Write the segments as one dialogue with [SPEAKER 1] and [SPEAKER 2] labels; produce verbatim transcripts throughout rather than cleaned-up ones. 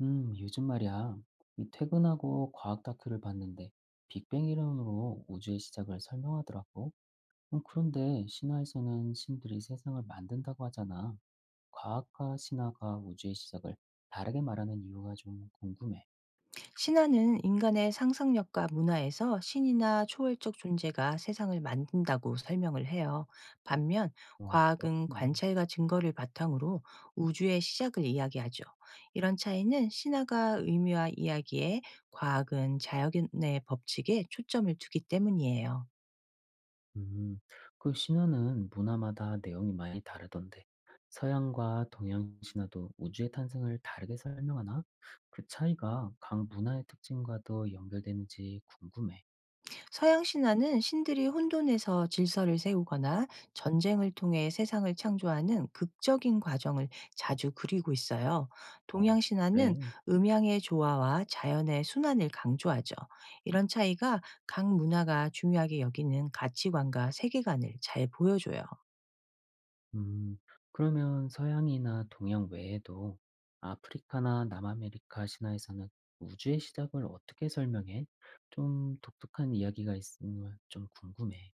[SPEAKER 1] 음, 요즘 말이야. 이 퇴근하고 과학 다큐를 봤는데 빅뱅 이론으로 우주의 시작을 설명하더라고. 음, 그런데 신화에서는 신들이 세상을 만든다고 하잖아. 과학과 신화가 우주의 시작을 다르게 말하는 이유가 좀 궁금해.
[SPEAKER 2] 신화는 인간의 상상력과 문화에서 신이나 초월적 존재가 세상을 만든다고 설명을 해요. 반면
[SPEAKER 1] 어,
[SPEAKER 2] 과학은
[SPEAKER 1] 그렇구나.
[SPEAKER 2] 관찰과 증거를 바탕으로 우주의 시작을 이야기하죠. 이런 차이는 신화가 의미와 이야기에, 과학은 자연의 법칙에 초점을 두기 때문이에요.
[SPEAKER 1] 음, 그 신화는 문화마다 내용이 많이 다르던데 서양과 동양 신화도 우주의 탄생을 다르게 설명하나? 그 차이가 각 문화의 특징과도 연결되는지 궁금해.
[SPEAKER 2] 서양 신화는 신들이 혼돈에서 질서를 세우거나 전쟁을 통해 세상을 창조하는 극적인 과정을 자주 그리고 있어요.
[SPEAKER 1] 어,
[SPEAKER 2] 동양 신화는
[SPEAKER 1] 그래.
[SPEAKER 2] 음양의 조화와 자연의 순환을 강조하죠. 이런 차이가 각 문화가 중요하게 여기는 가치관과 세계관을 잘 보여줘요.
[SPEAKER 1] 음, 그러면 서양이나 동양 외에도 아프리카나 남아메리카 신화에서는 우주의 시작을 어떻게 설명해? 좀 독특한 이야기가 있으면 좀 궁금해.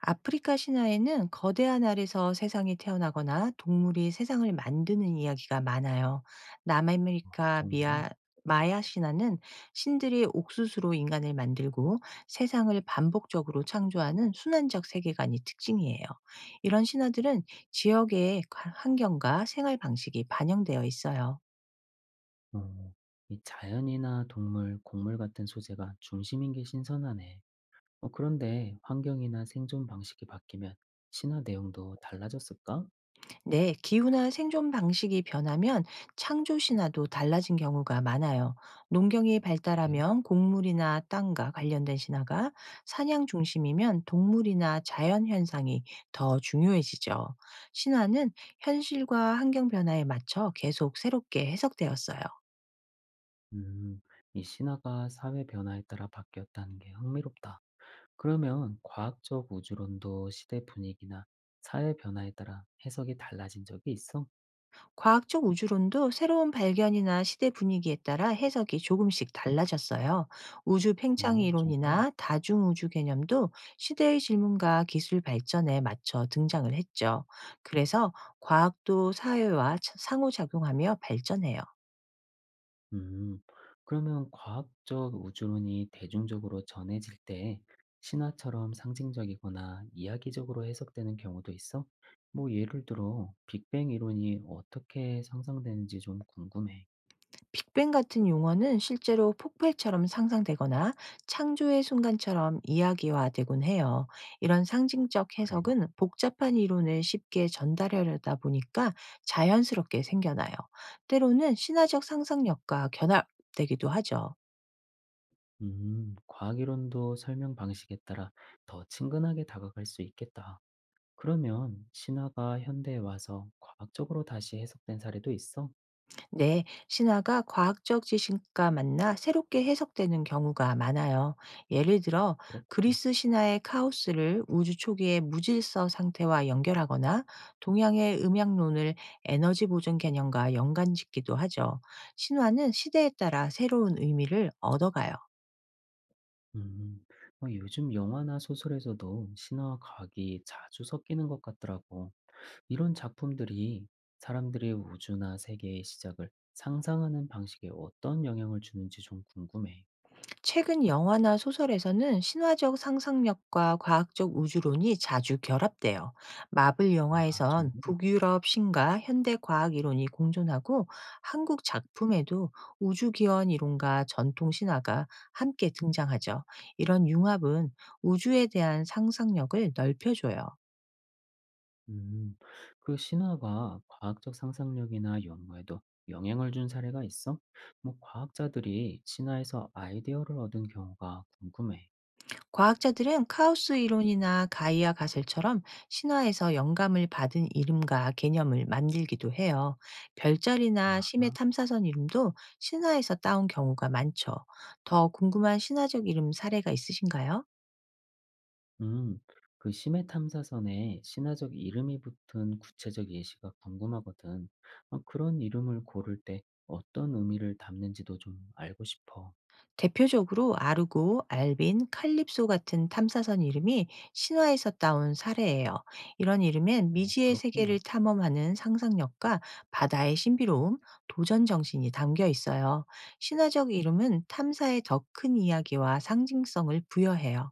[SPEAKER 2] 아프리카 신화에는 거대한 알에서 세상이 태어나거나 동물이 세상을 만드는 이야기가 많아요. 남아메리카
[SPEAKER 1] 정말.
[SPEAKER 2] 미아 마야 신화는 신들이 옥수수로 인간을 만들고 세상을 반복적으로 창조하는 순환적 세계관이 특징이에요. 이런 신화들은 지역의 가- 환경과 생활 방식이 반영되어 있어요.
[SPEAKER 1] 어, 이 자연이나 동물, 곡물 같은 소재가 중심인 게 신선하네. 어, 그런데 환경이나 생존 방식이 바뀌면 신화 내용도 달라졌을까?
[SPEAKER 2] 네, 기후나 생존 방식이 변하면 창조 신화도 달라진 경우가 많아요. 농경이
[SPEAKER 1] 그래.
[SPEAKER 2] 발달하면 곡물이나 땅과 관련된 신화가, 사냥 중심이면 동물이나 자연 현상이 더 중요해지죠. 신화는 현실과 환경 변화에 맞춰 계속 새롭게 해석되었어요.
[SPEAKER 1] 음, 이 신화가 사회 변화에 따라 바뀌었다는 게 흥미롭다. 그러면 과학적 우주론도 시대 분위기나 사회 변화에 따라 해석이 달라진 적이 있어?
[SPEAKER 2] 과학적 우주론도 새로운 발견이나 시대 분위기에 따라 해석이 조금씩 달라졌어요. 우주 팽창
[SPEAKER 1] 오, 정말?
[SPEAKER 2] 이론이나 다중 우주 개념도 시대의 질문과 기술 발전에 맞춰 등장을 했죠. 그래서 과학도 사회와 차- 상호작용하며 발전해요.
[SPEAKER 1] 음, 그러면 과학적 우주론이 대중적으로 전해질 때 신화처럼 상징적이거나 이야기적으로 해석되는 경우도 있어? 뭐 예를 들어 빅뱅 이론이 어떻게 상상되는지 좀 궁금해.
[SPEAKER 2] 빅뱅 같은 용어는 실제로 폭발처럼 상상되거나 창조의 순간처럼 이야기화되곤 해요. 이런 상징적
[SPEAKER 1] 그래.
[SPEAKER 2] 해석은 복잡한 이론을 쉽게 전달하려다 보니까 자연스럽게 생겨나요. 때로는 신화적 상상력과 견합되기도 하죠.
[SPEAKER 1] 음, 과학 이론도 설명 방식에 따라 더 친근하게 다가갈 수 있겠다. 그러면 신화가 현대에 와서 과학적으로 다시 해석된 사례도 있어?
[SPEAKER 2] 네, 신화가 과학적 지식과 만나 새롭게 해석되는 경우가 많아요. 예를 들어,
[SPEAKER 1] 그렇구나.
[SPEAKER 2] 그리스 신화의 카오스를 우주 초기의 무질서 상태와 연결하거나, 동양의 음양론을 에너지 보존 개념과 연관 짓기도 하죠. 신화는 시대에 따라 새로운 의미를 얻어가요.
[SPEAKER 1] 음, 어, 요즘 영화나 소설에서도 신화와 과학이 자주 섞이는 것 같더라고. 이런 작품들이 사람들의 우주나 세계의 시작을 상상하는 방식에 어떤 영향을 주는지 좀 궁금해.
[SPEAKER 2] 최근 영화나 소설에서는 신화적 상상력과 과학적 우주론이 자주 결합돼요. 마블
[SPEAKER 1] 아, 정말?
[SPEAKER 2] 영화에선 북유럽 신과 현대 과학 이론이 공존하고, 한국 작품에도 우주 기원 이론과 전통 신화가 함께 등장하죠. 이런 융합은 우주에 대한 상상력을 넓혀줘요.
[SPEAKER 1] 음, 그 신화가 과학적 상상력이나 연구에도 영향을 준 사례가 있어? 뭐 과학자들이 신화에서 아이디어를 얻은 경우가 궁금해.
[SPEAKER 2] 과학자들은 카오스 이론이나 가이아 가설처럼 신화에서 영감을 받은 이름과 개념을 만들기도 해요. 별자리나 심해
[SPEAKER 1] 아하.
[SPEAKER 2] 탐사선 이름도 신화에서 따온 경우가 많죠. 더 궁금한 신화적 이름 사례가 있으신가요?
[SPEAKER 1] 음. 그 심해 탐사선에 신화적 이름이 붙은 구체적 예시가 궁금하거든. 어, 그런 이름을 고를 때 어떤 의미를 담는지도 좀 알고 싶어.
[SPEAKER 2] 대표적으로 아르고, 알빈, 칼립소 같은 탐사선 이름이 신화에서 따온 사례예요. 이런 이름엔
[SPEAKER 1] 어,
[SPEAKER 2] 미지의 세계를
[SPEAKER 1] 그렇구나.
[SPEAKER 2] 탐험하는 상상력과 바다의 신비로움, 도전 정신이 담겨 있어요. 신화적 이름은 탐사의 더 큰 이야기와 상징성을 부여해요.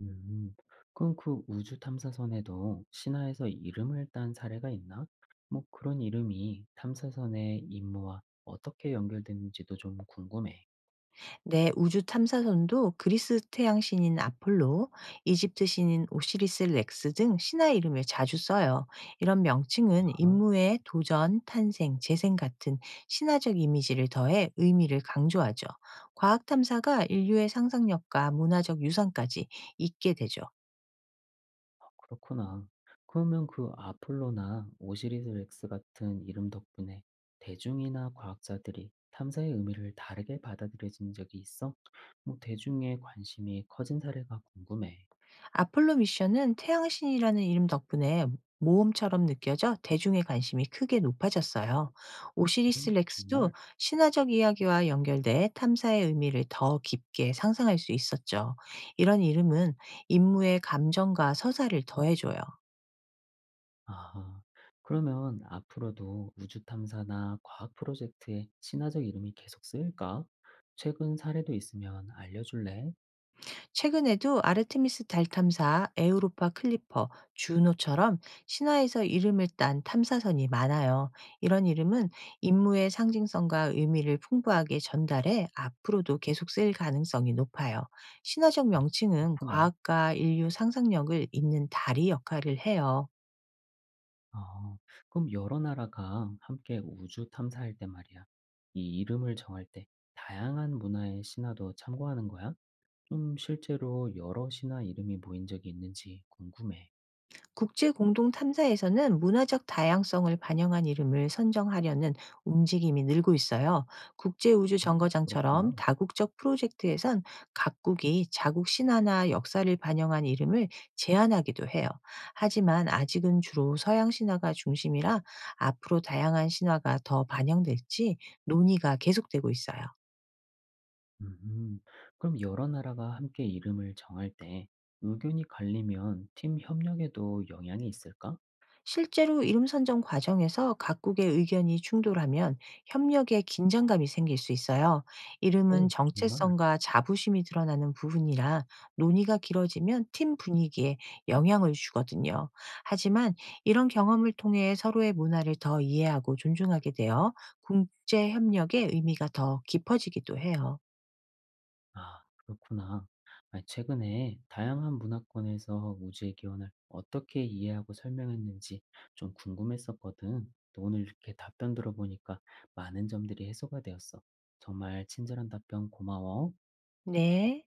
[SPEAKER 1] 음. 그럼 그 우주 탐사선에도 신화에서 이름을 딴 사례가 있나? 뭐 그런 이름이 탐사선의 임무와 어떻게 연결되는지도 좀 궁금해.
[SPEAKER 2] 네, 우주 탐사선도 그리스 태양 신인 아폴로, 이집트 신인 오시리스 렉스 등 신화 이름을 자주 써요. 이런 명칭은 인물의 도전, 탄생, 재생 같은 신화적 이미지를 더해 의미를 강조하죠. 과학 탐사가 인류의 상상력과 문화적 유산까지 있게 되죠.
[SPEAKER 1] 그렇구나. 그러면 그 아폴로나 오시리스 렉스 같은 이름 덕분에 대중이나 과학자들이 탐사의 의미를 다르게 받아들여진 적이 있어? 뭐 대중의 관심이 커진 사례가 궁금해.
[SPEAKER 2] 아폴로 미션은 태양신이라는 이름 덕분에 모험처럼 느껴져 대중의 관심이 크게 높아졌어요. 오시리스
[SPEAKER 1] 음,
[SPEAKER 2] 렉스도
[SPEAKER 1] 정말?
[SPEAKER 2] 신화적 이야기와 연결돼 탐사의 의미를 더 깊게 상상할 수 있었죠. 이런 이름은 임무의 감정과 서사를 더해줘요.
[SPEAKER 1] 아, 그러면 앞으로도 우주 탐사나 과학 프로젝트에 신화적 이름이 계속 쓰일까? 최근 사례도 있으면 알려줄래?
[SPEAKER 2] 최근에도 아르테미스 달 탐사, 에우로파 클리퍼, 주노처럼 신화에서 이름을 딴 탐사선이 많아요. 이런 이름은 임무의 상징성과 의미를 풍부하게 전달해 앞으로도 계속 쓰일 가능성이 높아요. 신화적 명칭은
[SPEAKER 1] 그렇구나.
[SPEAKER 2] 과학과 인류 상상력을 잇는 다리 역할을 해요.
[SPEAKER 1] 아, 그럼 여러 나라가 함께 우주 탐사할 때 말이야. 이 이름을 정할 때 다양한 문화의 신화도 참고하는 거야? 좀 실제로 여러 신화 이름이 모인 적이 있는지 궁금해.
[SPEAKER 2] 국제 공동 탐사에서는 문화적 다양성을 반영한 이름을 선정하려는 움직임이 늘고 있어요. 국제 우주
[SPEAKER 1] 음,
[SPEAKER 2] 정거장처럼
[SPEAKER 1] 그렇구나.
[SPEAKER 2] 다국적 프로젝트에선 각국이 자국 신화나 역사를 반영한 이름을 제안하기도 해요. 하지만 아직은 주로 서양 신화가 중심이라 앞으로 다양한 신화가 더 반영될지 논의가 계속되고 있어요.
[SPEAKER 1] 음, 그럼 여러 나라가 함께 이름을 정할 때 의견이 갈리면 팀 협력에도 영향이 있을까?
[SPEAKER 2] 실제로 이름 선정 과정에서 각국의 의견이 충돌하면 협력에 긴장감이 생길 수 있어요. 이름은
[SPEAKER 1] 오, 정말?
[SPEAKER 2] 정체성과 자부심이 드러나는 부분이라 논의가 길어지면 팀 분위기에 영향을 주거든요. 하지만 이런 경험을 통해 서로의 문화를 더 이해하고 존중하게 되어 국제 협력의 의미가 더 깊어지기도 해요.
[SPEAKER 1] 아, 그렇구나. 아니, 최근에 다양한 문화권에서 우주의 기원을 어떻게 이해하고 설명했는지 좀 궁금했었거든. 또 오늘 이렇게 답변 들어보니까 많은 점들이 해소가 되었어. 정말 친절한 답변 고마워.
[SPEAKER 2] 네.